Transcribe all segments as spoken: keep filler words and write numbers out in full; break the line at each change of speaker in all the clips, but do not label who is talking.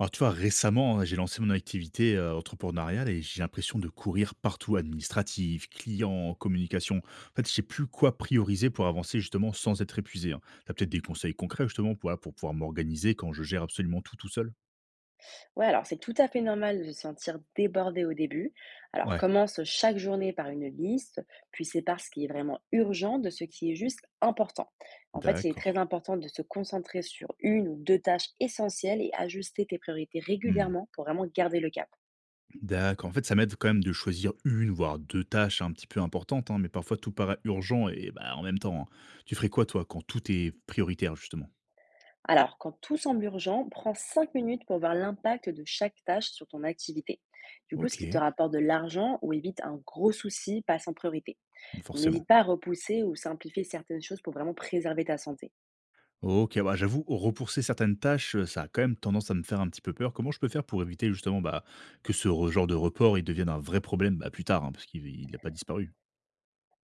Alors, tu vois, récemment, hein, j'ai lancé mon activité euh, entrepreneuriale et j'ai l'impression de courir partout, administratif, client, communication. En fait, je sais plus quoi prioriser pour avancer justement sans être épuisé, hein. T'as peut-être des conseils concrets justement pour, voilà, pour pouvoir m'organiser quand je gère absolument tout tout seul.
Ouais, alors c'est tout à fait normal de se sentir débordé au début. Alors
Ouais,
commence chaque journée par une liste, puis sépare ce qui est vraiment urgent de ce qui est juste important. En fait, il est très
d'accord.
important de se concentrer sur une ou deux tâches essentielles et ajuster tes priorités
Hmm.
régulièrement pour vraiment garder le cap.
D'accord. En fait, ça m'aide quand même de choisir une, voire deux tâches un petit peu importantes, hein, mais parfois tout paraît urgent et bah, en même temps, hein. Tu ferais quoi toi quand tout est prioritaire justement?
Alors, quand tout semble urgent, prends cinq minutes pour voir l'impact de chaque tâche sur ton activité. Du coup,
Ok,
ce qui te rapporte de l'argent ou évite un gros souci passe en priorité. Donc,
forcément.
n'hésite pas à repousser ou simplifier certaines choses pour vraiment préserver ta santé.
OK, bah, j'avoue, repousser certaines tâches, heu, ça a quand même tendance à me faire un petit peu peur. Comment je peux faire pour éviter justement, bah, que ce re genre de report, il devienne un vrai problème, bah, plus tard, hein, parce qu'il n'a pas disparu?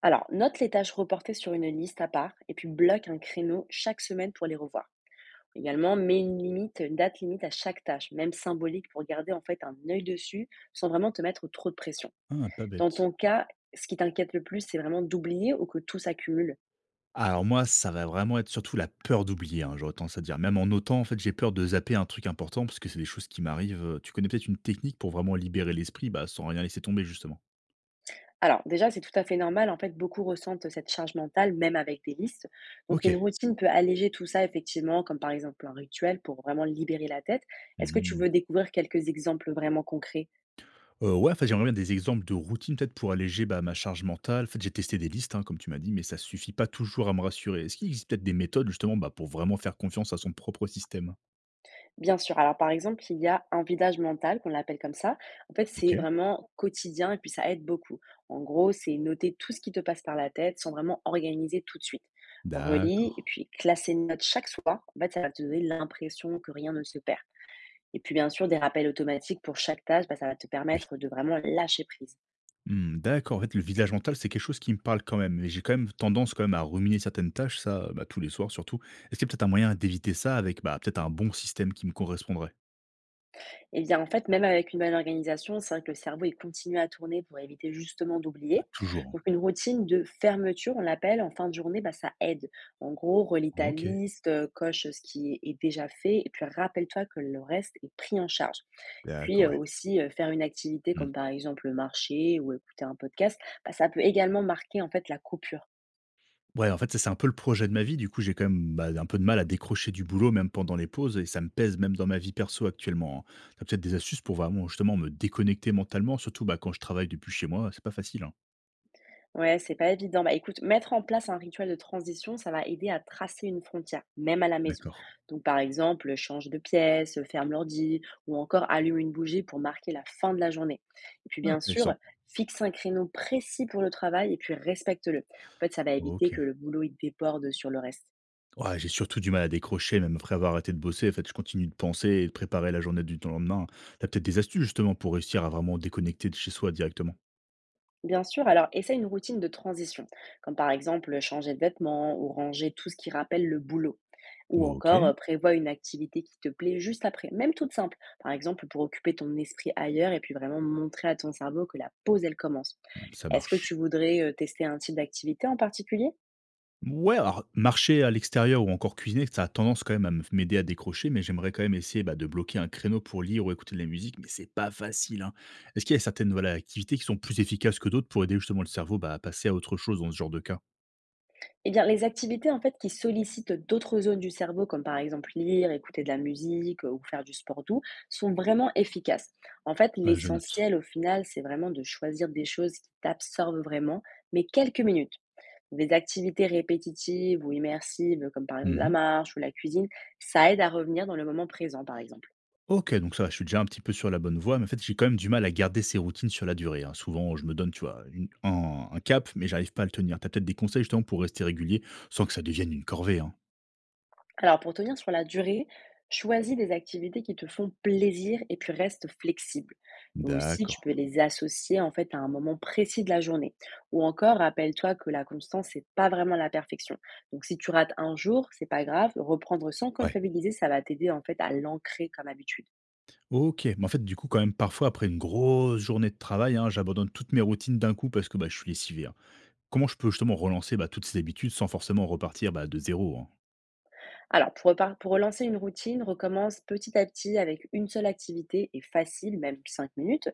Alors, note les tâches reportées sur une liste à part et puis bloque un créneau chaque semaine pour les revoir. Également, mets une limite, une date limite à chaque tâche, même symbolique, pour garder en fait un œil dessus sans vraiment te mettre trop de pression.
Ah, pas
Dans
bête.
ton cas, ce qui t'inquiète le plus, c'est vraiment d'oublier ou que tout s'accumule.
Alors moi, ça va vraiment être surtout la peur d'oublier, hein, j'aurais tendance à dire. Même en notant, en fait, j'ai peur de zapper un truc important parce que c'est des choses qui m'arrivent. Tu connais peut-être une technique pour vraiment libérer l'esprit, bah, sans rien laisser tomber justement?
Alors, déjà, c'est tout à fait normal. En fait, beaucoup ressentent cette charge mentale, même avec des listes. Donc, une
OK.
routine peut alléger tout ça, effectivement, comme par exemple un rituel pour vraiment libérer la tête. Est-ce que tu
Mmh.
veux découvrir quelques exemples vraiment concrets?
Heu, ouais, enfin j'aimerais bien des exemples de routines peut-être pour alléger, bah, ma charge mentale. En fait, j'ai testé des listes, hein, comme tu m'as dit, mais ça suffit pas toujours à me rassurer. Est-ce qu'il existe peut-être des méthodes justement, bah, pour vraiment faire confiance à son propre système?
Bien sûr. Alors, par exemple, il y a un vidage mental qu'on l'appelle comme ça. En fait, c'est
OK.
vraiment quotidien et puis ça aide beaucoup. En gros, c'est noter tout ce qui te passe par la tête sans vraiment organiser tout de suite. Relis et
D'accord,
puis classer les notes chaque soir. En fait, ça va te donner l'impression que rien ne se perd. Et puis, bien sûr, des rappels automatiques pour chaque tâche, bah, ça va te
oui.
permettre de vraiment lâcher prise.
Mmh, d'accord. En fait, le village mental, c'est quelque chose qui me parle quand même, mais j'ai quand même tendance quand même à ruminer certaines tâches, ça, bah, tous les soirs surtout. Est-ce qu'il y a peut-être un moyen d'éviter ça avec, bah, peut-être un bon système qui me correspondrait?
Eh bien, en fait, même avec une bonne organisation, c'est vrai que le cerveau, il continue à tourner pour éviter justement d'oublier.
Pas toujours, hein.
Donc, une routine de fermeture, on l'appelle, en fin de journée, bah, ça aide. En gros, relis ta
OK.
liste, euh, coche ce qui est déjà fait, et puis rappelle-toi que le reste est pris en charge. Puis
D'accord,
euh,
ouais.
aussi, euh, faire une activité
Mmh.
comme par exemple marcher ou écouter un podcast, bah, ça peut également marquer en fait la coupure.
Ouais, en fait, ça, c'est un peu le projet de ma vie. Du coup, j'ai quand même, bah, un peu de mal à décrocher du boulot, même pendant les pauses, et ça me pèse même dans ma vie perso actuellement, hein. T'as peut-être des astuces pour vraiment, justement, me déconnecter mentalement, surtout bah, quand je travaille depuis chez moi, c'est pas facile, hein.
Ouais, c'est pas évident. Bah, écoute, mettre en place un rituel de transition, ça va aider à tracer une frontière, même à la maison.
D'accord.
Donc, par exemple, change de pièce, ferme l'ordi, ou encore allume une bougie pour marquer la fin de la journée. Et puis,
Ah,
bien sûr,
intéressant.
fixe un créneau précis pour le travail et puis respecte-le. En fait, ça va éviter
Ok.
que le boulot il déborde sur le reste.
Ouais, j'ai surtout du mal à décrocher, même après avoir arrêté de bosser. En fait, je continue de penser et de préparer la journée du lendemain. T'as peut-être des astuces, justement, pour réussir à vraiment déconnecter de chez soi directement.
Bien sûr, alors essaie une routine de transition, comme par exemple changer de vêtements ou ranger tout ce qui rappelle le boulot. Ou
Ok,
encore euh, prévois une activité qui te plaît juste après, même toute simple, par exemple pour occuper ton esprit ailleurs et puis vraiment montrer à ton cerveau que la pause elle commence.
ça
Est-ce que
marche.
tu voudrais euh, tester un type d'activité en particulier?
Ouais, alors marcher à l'extérieur ou encore cuisiner, ça a tendance quand même à me- m'aider à décrocher, mais j'aimerais quand même essayer bah, de bloquer un créneau pour lire ou écouter de la musique, mais c'est pas facile, hein. Est-ce qu'il y a certaines voilà, activités qui sont plus efficaces que d'autres pour aider justement le cerveau bah, à passer à autre chose dans ce genre de cas?
Eh bien, les activités en fait qui sollicitent d'autres zones du cerveau, comme par exemple lire, écouter de la musique euh, ou faire du sport doux, sont vraiment efficaces. En fait,
Ah, je note.
l'essentiel au final, c'est vraiment de choisir des choses qui t'absorbent vraiment, mais quelques minutes. Des activités répétitives ou immersives, comme par exemple la
Mhm.
marche ou la cuisine, ça aide à revenir dans le moment présent, par exemple.
Ok, donc ça, va, je suis déjà un petit peu sur la bonne voie, mais en fait, j'ai quand même du mal à garder ces routines sur la durée, hein. Souvent, je me donne, tu vois, une- un, un cap, mais j'arrive pas à le tenir. T'as peut-être des conseils justement pour rester régulier sans que ça devienne une corvée, hein.
Alors pour tenir sur la durée, choisis des activités qui te font plaisir et puis reste flexible. Aussi,
D'accord.
tu peux les associer en fait à un moment précis de la journée. Ou encore, rappelle-toi que la constance, c'est pas vraiment la perfection. Donc si tu rates un jour, c'est pas grave, reprendre sans
Ouais.
culpabiliser, ça va t'aider en fait à l'ancrer comme habitude.
OK, mais en fait, du coup, quand même, parfois, après une grosse journée de travail, hein, j'abandonne toutes mes routines d'un coup parce que bah, je suis lessivé, hein. Comment je peux justement relancer bah, toutes ces habitudes sans forcément repartir bah, de zéro hein?
Alors, pour, repar- pour relancer une routine, recommence petit à petit avec une seule activité et facile, même cinq minutes.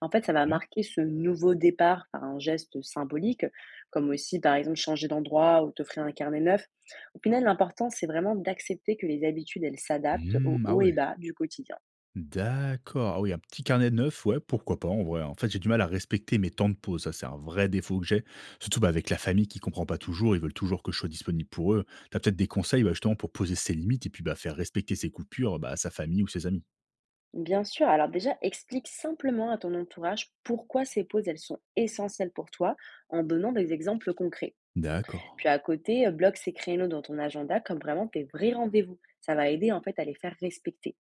En fait, ça va
Ouais.
marquer ce nouveau départ par un geste symbolique, comme aussi, par exemple, changer d'endroit ou t'offrir un carnet neuf. Au final, l'important, c'est vraiment d'accepter que les habitudes, elles s'adaptent aux
Hmm, ah
hauts et
ouais.
bas du quotidien.
D'accord. Ah oui, un petit carnet de neuf, ouais, pourquoi pas en vrai, hein. En fait, j'ai du mal à respecter mes temps de pause. Ça, c'est un vrai défaut que j'ai. Surtout bah, avec la famille qui comprend pas toujours. Ils veulent toujours que je sois disponible pour eux. T'as peut-être des conseils bah, justement pour poser ses limites et puis bah, faire respecter ses coupures bah, à sa famille ou ses amis.
Bien sûr, alors déjà, explique simplement à ton entourage pourquoi ces pauses, elles sont essentielles pour toi en donnant des exemples concrets.
D'accord.
Puis à côté, heu, bloque ces créneaux dans ton agenda comme vraiment tes vrais rendez-vous. Ça va aider en fait à les faire respecter.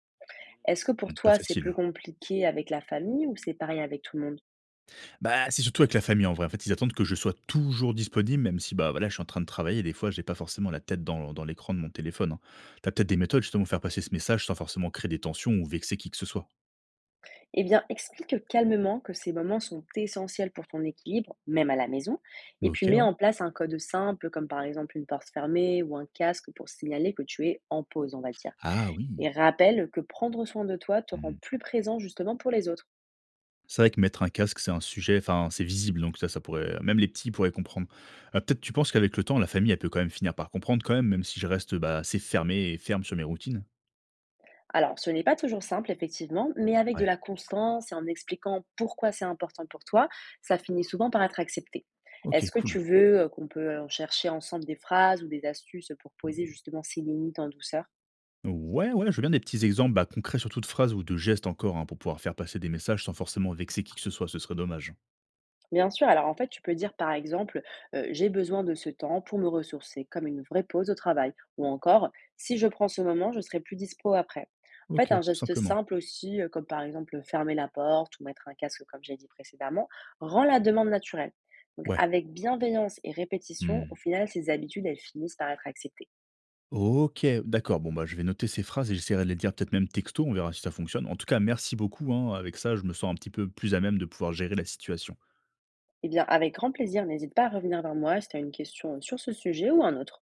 Est-ce que pour
Hmm, pas
toi, c'est plus
facile.
compliqué avec la famille ou c'est pareil avec tout le monde?
Bah, c'est surtout avec la famille en vrai. En fait, ils attendent que je sois toujours disponible, même si bah voilà, je suis en train de travailler et des fois j'ai pas forcément la tête dans, dans l'écran de mon téléphone, hein. T'as peut-être des méthodes justement pour faire passer ce message sans forcément créer des tensions ou vexer qui que ce soit.
Eh bien, explique calmement que ces moments sont essentiels pour ton équilibre, même à la maison, et puis
Ok,
mets
ouais.
en place un code simple comme par exemple une porte fermée ou un casque pour signaler que tu es en pause, on va dire.
Ah
Et
oui.
rappelle que prendre soin de toi te rend
Hmm.
plus présent justement pour les autres.
C'est vrai que mettre un casque, c'est un sujet, enfin, c'est visible, donc ça, ça pourrait, même les petits pourraient comprendre. Euh, peut-être tu penses qu'avec le temps, la famille, elle peut quand même finir par comprendre quand même, même si je reste bah, assez fermé et ferme sur mes routines.
Alors, ce n'est pas toujours simple, effectivement, mais avec de
Ouais.
la constance et en expliquant pourquoi c'est important pour toi, ça finit souvent par être accepté.
Ok,
Est-ce que tu
cool.
veux euh, qu'on peut euh, chercher ensemble des phrases ou des astuces pour poser
Mmh.
justement ces limites en douceur?
Ouais, ouais, je veux bien des petits exemples bah, concrets, surtout de phrases ou de gestes encore, hein, pour pouvoir faire passer des messages sans forcément vexer qui que ce soit, ce serait dommage.
Bien sûr, alors en fait, tu peux dire par exemple, euh, j'ai besoin de ce temps pour me ressourcer, comme une vraie pause au travail, ou encore, si je prends ce moment, je serai plus dispo après. En
Ok,
fait, un
tout
geste
simplement.
simple aussi, euh, comme par exemple fermer la porte ou mettre un casque, comme j'ai dit précédemment, rend la demande naturelle. Donc,
Ouais.
avec bienveillance et répétition, au
Hmm.
final, ces habitudes, elles finissent par être acceptées.
Ok, d'accord. Bon, bah, je vais noter ces phrases et j'essaierai de les dire peut-être même texto, on verra si ça fonctionne. En tout cas, merci beaucoup, hein. Avec ça, je me sens un petit peu plus à même de pouvoir gérer la situation.
Eh bien, avec grand plaisir, n'hésite pas à revenir vers moi si tu as une question sur ce sujet ou un autre.